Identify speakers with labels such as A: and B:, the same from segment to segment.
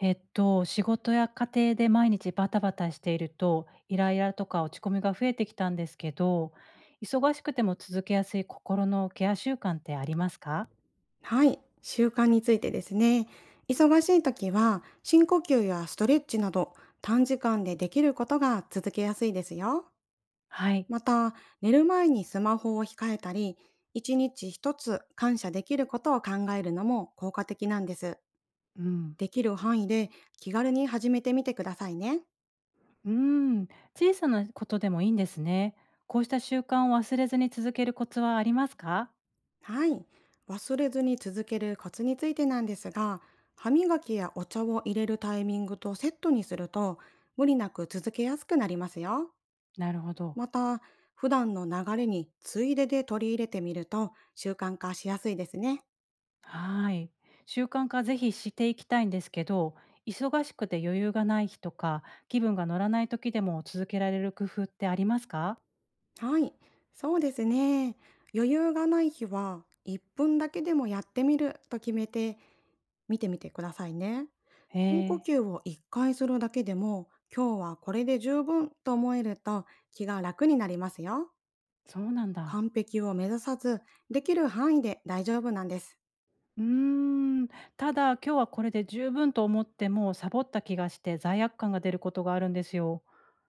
A: 仕事や家庭で毎日バタバタしていると、イライラとか落ち込みが増えてきたんですけど、忙しくても続けやすい心のケア習慣ってありますか？
B: はい、習慣についてですね。忙しい時は深呼吸やストレッチなど短時間でできることが続けやすいですよ。
A: はい。
B: また、寝る前にスマホを控えたり、一日一つ感謝できることを考えるのも効果的なんです。
A: うん。
B: できる範囲で気軽に始めてみてくださいね。
A: うーん。小さなことでもいいんですね。こうした習慣を忘れずに続けるコツはありますか？
B: はい。忘れずに続けるコツについてなんですが、歯磨きやお茶を入れるタイミングとセットにすると、無理なく続けやすくなりますよ。
A: なるほど。
B: また、普段の流れについでで取り入れてみると習慣化しやすいですね。
A: はーい。習慣化ぜひしていきたいんですけど、忙しくて余裕がない日とか、気分が乗らない時でも続けられる工夫ってありますか？
B: はい、そうですね。余裕がない日は1分だけでもやってみると決めて見てみてくださいね。
A: へ
B: 深呼
A: え。
B: 吸を1回するだけでも、今日はこれで十分と思えると気が楽になりますよ。
A: そうなんだ。
B: 完璧を目指さず、できる範囲で大丈夫なんです。
A: うーん。ただ、今日はこれで十分と思っても、サボった気がして罪悪感が出ることがあるんですよ。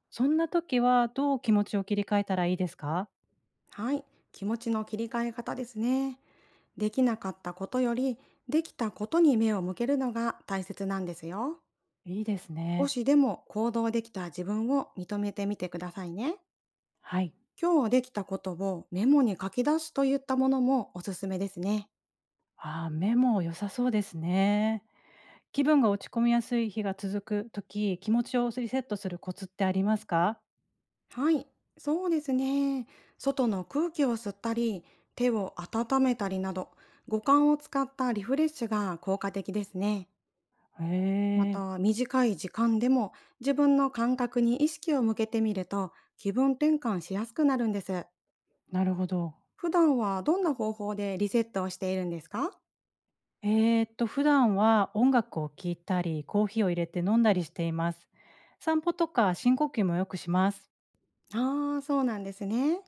A: そんな時はどう気持ちを切り替えたらいいですか？
B: はい、気持ちの切り替え方ですね。できなかったことより、できたことに目を向けるのが大切なんですよ。
A: いいです
B: 少
A: ね。
B: しでも行動できた自分を認めてみてくださいね。
A: はい。
B: 今日できたことをメモに書き出すといったものもおすすめですね。
A: ああ、メモ良さそうですね。気分が落ち込みやすい日が続く時、気持ちをリセットするコツってありますか？
B: はい、そうですね。外の空気を吸ったり、手を温めたりなど、五感を使ったリフレッシュが効果的ですね。
A: へ
B: ま
A: え、
B: た、短い時間でも自分の感覚に意識を向けてみると、気分転換しやすくなるんです。
A: なるほど。
B: 普段はどんな方法でリセットをしているんですか？
A: 普段は音楽を聴いたり、コーヒーを入れて飲んだりしています。散歩とか深呼吸もよくします。
B: ああ、そうなんですね。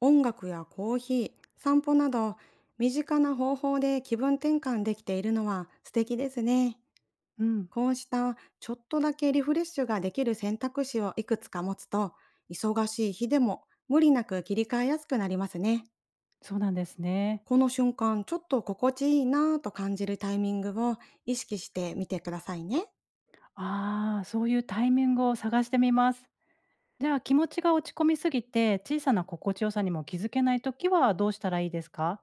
B: 音楽やコーヒー、散歩など、身近な方法で気分転換できているのは素敵ですね。
A: うん、
B: こうしたちょっとだけリフレッシュができる選択肢をいくつか持つと、忙しい日でも無理なく切り替えやすくなりますね。
A: そうなんですね。
B: この瞬間、ちょっと心地いいなぁと感じるタイミングを意識してみてくださいね。
A: ああ、そういうタイミングを探してみます。じゃあ気持ちが落ち込みすぎて、小さな心地よさにも気づけないときはどうしたらいいですか？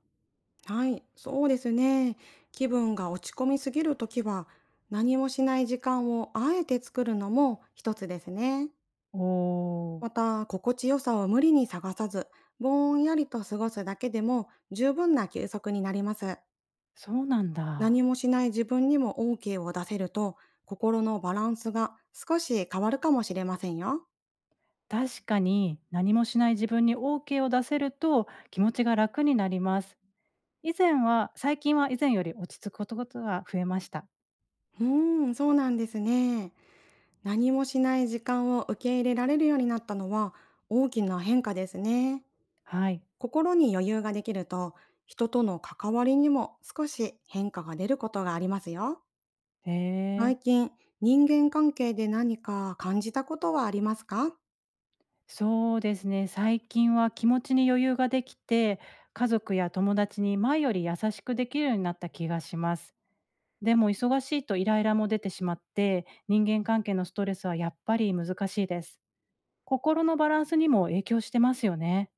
B: はい、そうですね。気分が落ち込みすぎるときは、何もしない時間をあえて作るのも一つですね。
A: おー、
B: また、心地よさを無理に探さず、ぼんやりと過ごすだけでも十分な休息になります。
A: そうなん
B: 何
A: だ。
B: もしない自分にも OK を出せると、心のバランスが少し変わるかもしれませんよ。
A: 確かに何もしない自分に OK を出せると気持ちが楽になります。以前は、最近は以前より落ち着くことが増えました。
B: うーん、そうなんですね。何もしない時間を受け入れられるようになったのは大きな変化ですね。
A: はい。
B: 心に余裕ができると、人との関わりにも少し変化が出ることがありますよ。
A: へえ。
B: 最近、人間関係で何か感じたことはありますか？
A: そうですね。最近は気持ちに余裕ができて、家族や友達に前より優しくできるようになった気がします。でも忙しいとイライラも出てしまって、人間関係のストレスはやっぱり難しいです。心のバランスにも影響してますよね。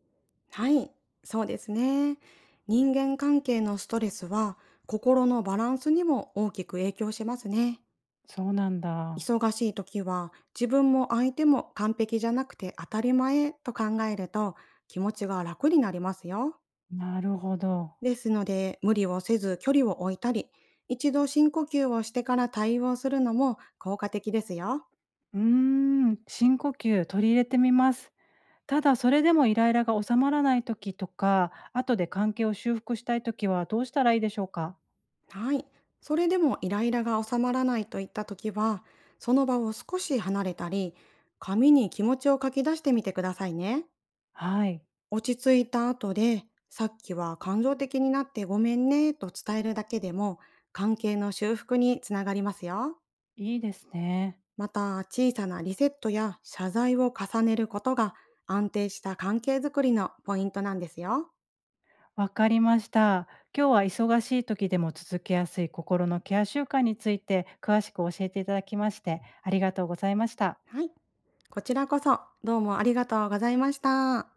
B: はい、そうですね。人間関係のストレスは心のバランスにも大きく影響しますね。
A: そうなんだ。
B: 忙しい時は、自分も相手も完璧じゃなくて当たり前と考えると、気持ちが楽になりますよ。
A: なるほど。
B: ですので、無理をせず距離を置いたり、一度深呼吸をしてから対応するのも効果的ですよ。
A: うーん、深呼吸取り入れてみます。ただそれでもイライラが収まらない時とか、後で関係を修復したい時はどうしたらいいでしょうか？
B: はい。それでもイライラが収まらないといった時は、その場を少し離れたり、紙に気持ちを書き出してみてくださいね。
A: はい、
B: 落ち着いた後で、さっきは感情的になってごめんねと伝えるだけでも、関係の修復につながりますよ。
A: いいですね。
B: また、小さなリセットや謝罪を重ねることが、安定した関係づくりのポイントなんですよ。
A: わかりました。今日は忙しい時でも続けやすい心のケア習慣について詳しく教えていただきまして、ありがとうございました。
B: はい。こちらこそどうもありがとうございました。